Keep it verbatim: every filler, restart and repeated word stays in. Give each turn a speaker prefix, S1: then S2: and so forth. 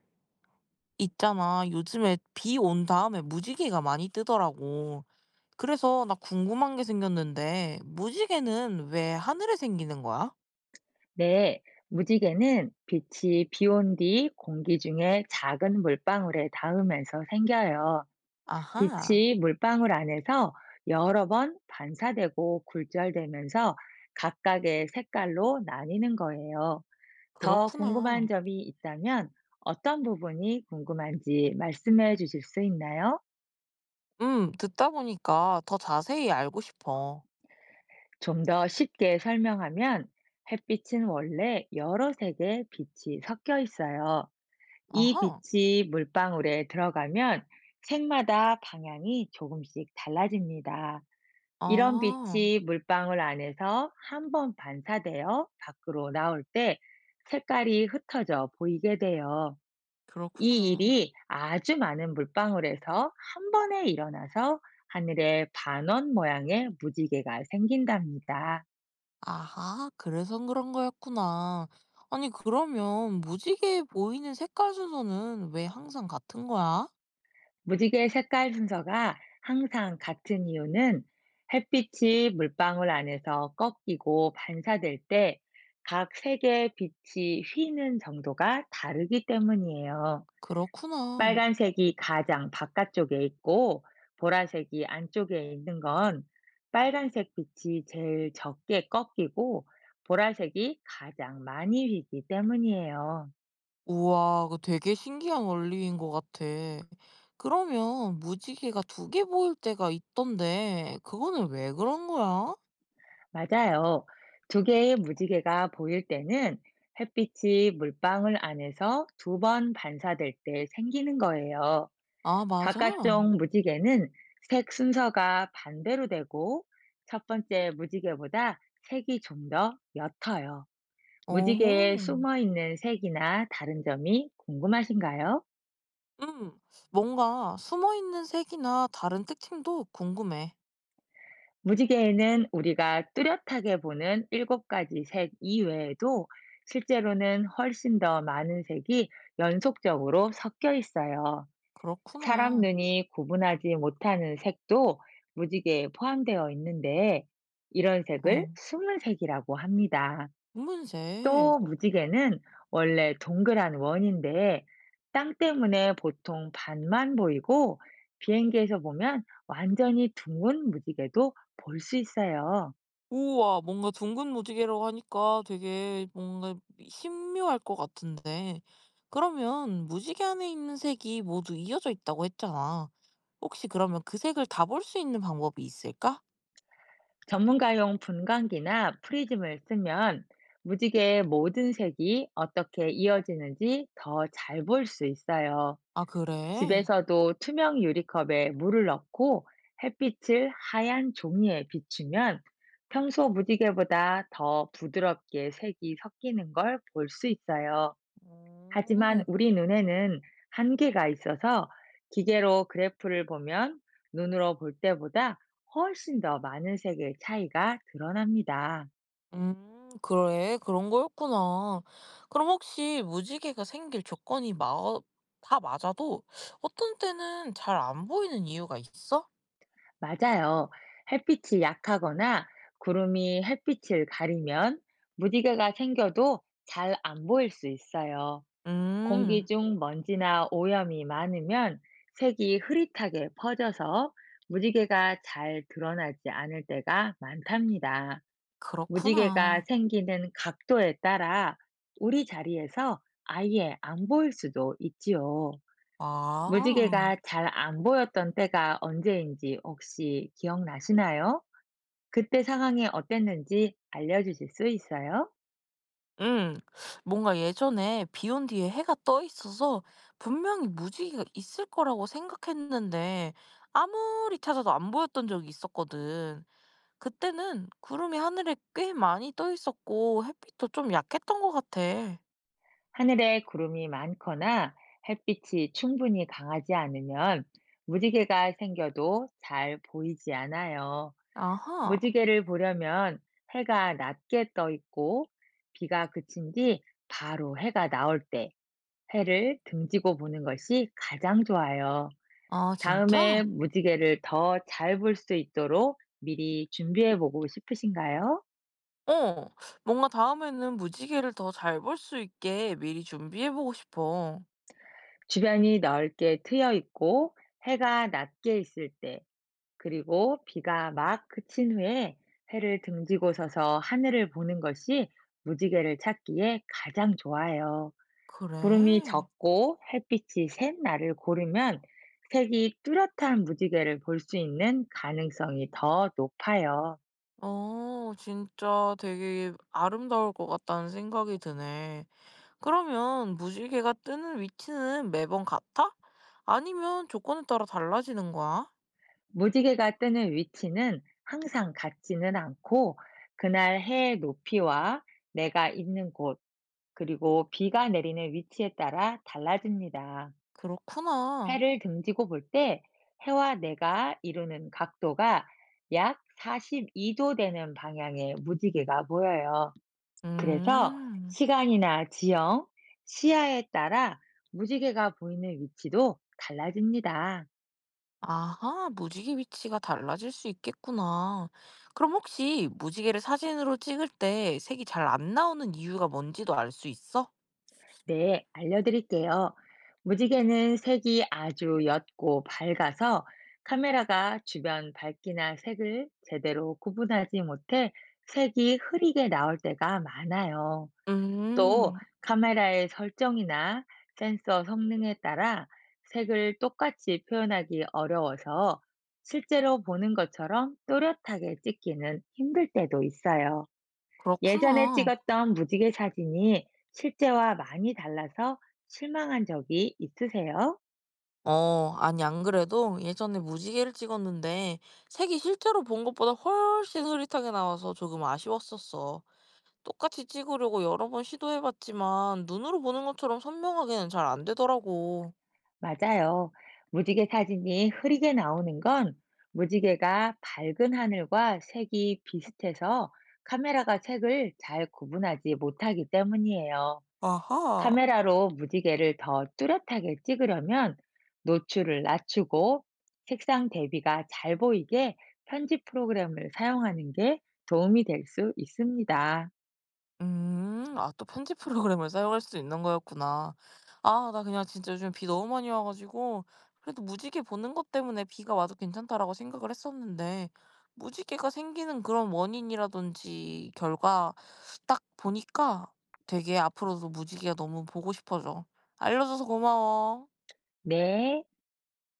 S1: 있잖아. 요즘에 비 온 다음에 무지개가 많이 뜨더라고. 그래서 나 궁금한 게 생겼는데, 무지개는 왜 하늘에 생기는 거야?
S2: 네, 무지개는 빛이 비온 뒤 공기 중에 작은 물방울에 닿으면서 생겨요.
S1: 아하,
S2: 빛이 물방울 안에서 여러 번 반사되고 굴절되면서 각각의 색깔로 나뉘는 거예요. 더 궁금한
S1: 그렇구나.
S2: 점이 있다면 어떤 부분이 궁금한지 말씀해 주실 수 있나요?
S1: 음, 듣다 보니까 더 자세히 알고 싶어.
S2: 좀 더 쉽게 설명하면 햇빛은 원래 여러 색의 빛이 섞여 있어요. 이
S1: 아하,
S2: 빛이 물방울에 들어가면 색마다 방향이 조금씩 달라집니다. 이런
S1: 아,
S2: 빛이 물방울 안에서 한 번 반사되어 밖으로 나올 때 색깔이 흩어져 보이게 돼요. 이
S1: 그렇구나.
S2: 일이 아주 많은 물방울에서 한 번에 일어나서 하늘에 반원 모양의 무지개가 생긴답니다.
S1: 아하, 그래서 그런 거였구나. 아니, 그러면 무지개 보이는 색깔 순서는 왜 항상 같은 거야?
S2: 무지개 색깔 순서가 항상 같은 이유는 햇빛이 물방울 안에서 꺾이고 반사될 때 각 색의 빛이 휘는 정도가 다르기 때문이에요.
S1: 그렇구나.
S2: 빨간색이 가장 바깥쪽에 있고 보라색이 안쪽에 있는 건 빨간색 빛이 제일 적게 꺾이고 보라색이 가장 많이 휘기 때문이에요.
S1: 우와, 그 되게 신기한 원리인 것 같아. 그러면 무지개가 두 개 보일 때가 있던데 그거는 왜 그런 거야?
S2: 맞아요. 두 개의 무지개가 보일 때는 햇빛이 물방울 안에서 두 번 반사될 때 생기는 거예요.
S1: 아, 맞아?
S2: 바깥쪽 무지개는 색 순서가 반대로 되고 첫 번째 무지개보다 색이 좀 더 옅어요.
S1: 어허.
S2: 무지개에 숨어 있는 색이나 다른 점이 궁금하신가요?
S1: 음. 뭔가 숨어 있는 색이나 다른 특징도 궁금해.
S2: 무지개에는 우리가 뚜렷하게 보는 일곱 가지 색 이외에도 실제로는 훨씬 더 많은 색이 연속적으로 섞여 있어요. 사람
S1: 그렇구나.
S2: 눈이 구분하지 못하는 색도 무지개에 포함되어 있는데 이런 색을
S1: 어.
S2: 숨은 색이라고 합니다. 또
S1: 검은색.
S2: 무지개는 원래 동그란 원인데 땅 때문에 보통 반만 보이고 비행기에서 보면 완전히 둥근 무지개도 볼 수 있어요.
S1: 우와, 뭔가 둥근 무지개라고 하니까 되게 뭔가 신묘할 것 같은데, 그러면 무지개 안에 있는 색이 모두 이어져 있다고 했잖아. 혹시 그러면 그 색을 다 볼 수 있는 방법이 있을까?
S2: 전문가용 분광기나 프리즘을 쓰면 무지개의 모든 색이 어떻게 이어지는지 더 잘 볼 수 있어요.
S1: 아, 그래?
S2: 집에서도 투명 유리컵에 물을 넣고 햇빛을 하얀 종이에 비추면 평소 무지개보다 더 부드럽게 색이 섞이는 걸 볼 수 있어요. 하지만
S1: 음,
S2: 우리 눈에는 한계가 있어서 기계로 그래프를 보면 눈으로 볼 때보다 훨씬 더 많은 색의 차이가 드러납니다.
S1: 음, 그래. 그런 거였구나. 그럼 혹시 무지개가 생길 조건이 마, 다 맞아도 어떤 때는 잘 안 보이는 이유가 있어?
S2: 맞아요. 햇빛이 약하거나 구름이 햇빛을 가리면 무지개가 생겨도 잘 안 보일 수 있어요. 공기
S1: 음,
S2: 중 먼지나 오염이 많으면 색이 흐릿하게 퍼져서 무지개가 잘 드러나지 않을 때가 많답니다. 무지개가
S1: 그렇구나.
S2: 생기는 각도에 따라 우리 자리에서 아예 안 보일 수도 있지요.
S1: 아.
S2: 무지개가 잘 안 보였던 때가 언제인지 혹시 기억나시나요? 그때 상황이 어땠는지 알려주실 수 있어요?
S1: 응. 뭔가 예전에 비 온 뒤에 해가 떠 있어서 분명히 무지개가 있을 거라고 생각했는데 아무리 찾아도 안 보였던 적이 있었거든. 그때는 구름이 하늘에 꽤 많이 떠 있었고 햇빛도 좀 약했던 것 같아.
S2: 하늘에 구름이 많거나 햇빛이 충분히 강하지 않으면 무지개가 생겨도 잘 보이지 않아요.
S1: 아하.
S2: 무지개를 보려면 해가 낮게 떠 있고 비가 그친 뒤 바로 해가 나올 때 해를 등지고 보는 것이 가장 좋아요.
S1: 아,
S2: 다음에
S1: 진짜?
S2: 무지개를 더 잘 볼 수 있도록 미리 준비해 보고 싶으신가요?
S1: 어. 뭔가 다음에는 무지개를 더 잘 볼 수 있게 미리 준비해보고 싶어.
S2: 주변이 넓게 트여 있고 해가 낮게 있을 때, 그리고 비가 막 그친 후에 해를 등지고 서서 하늘을 보는 것이 무지개를 찾기에 가장 좋아요. 구름이
S1: 그래?
S2: 적고 햇빛이 센 날을 고르면 색이 뚜렷한 무지개를 볼 수 있는 가능성이 더 높아요.
S1: 어, 진짜 되게 아름다울 것 같다는 생각이 드네. 그러면 무지개가 뜨는 위치는 매번 같아? 아니면 조건에 따라 달라지는 거야?
S2: 무지개가 뜨는 위치는 항상 같지는 않고, 그날 해의 높이와 내가 있는 곳, 그리고 비가 내리는 위치에 따라 달라집니다.
S1: 그렇구나.
S2: 해를 등지고 볼 때, 해와 내가 이루는 각도가 약 사십이 도 되는 방향의 무지개가 보여요. 그래서
S1: 음,
S2: 시간이나 지형, 시야에 따라 무지개가 보이는 위치도 달라집니다.
S1: 아하, 무지개 위치가 달라질 수 있겠구나. 그럼 혹시 무지개를 사진으로 찍을 때 색이 잘 안 나오는 이유가 뭔지도 알 수 있어?
S2: 네, 알려드릴게요. 무지개는 색이 아주 옅고 밝아서 카메라가 주변 밝기나 색을 제대로 구분하지 못해 색이 흐리게 나올 때가 많아요. 음, 또
S1: 음,
S2: 카메라의 설정이나 센서 성능에 따라 색을 똑같이 표현하기 어려워서 실제로 보는 것처럼 또렷하게 찍기는 힘들 때도 있어요. 예전에
S1: 그렇구나.
S2: 찍었던 무지개 사진이 실제와 많이 달라서 실망한 적이 있으세요?
S1: 어, 아니, 안 그래도 예전에 무지개를 찍었는데 색이 실제로 본 것보다 훨씬 흐릿하게 나와서 조금 아쉬웠었어. 똑같이 찍으려고 여러 번 시도해봤지만 눈으로 보는 것처럼 선명하게는 잘 안 되더라고.
S2: 맞아요. 무지개 사진이 흐리게 나오는 건 무지개가 밝은 하늘과 색이 비슷해서 카메라가 색을 잘 구분하지 못하기 때문이에요.
S1: 아하.
S2: 카메라로 무지개를 더 뚜렷하게 찍으려면 노출을 낮추고 색상 대비가 잘 보이게 편집 프로그램을 사용하는 게 도움이 될 수 있습니다.
S1: 음, 아, 또 편집 프로그램을 사용할 수 있는 거였구나. 아, 나 그냥 진짜 요즘 비 너무 많이 와가지고, 그래도 무지개 보는 것 때문에 비가 와도 괜찮다라고 생각을 했었는데, 무지개가 생기는 그런 원인이라든지 결과 딱 보니까 되게 앞으로도 무지개가 너무 보고 싶어져. 알려줘서 고마워.
S2: 네.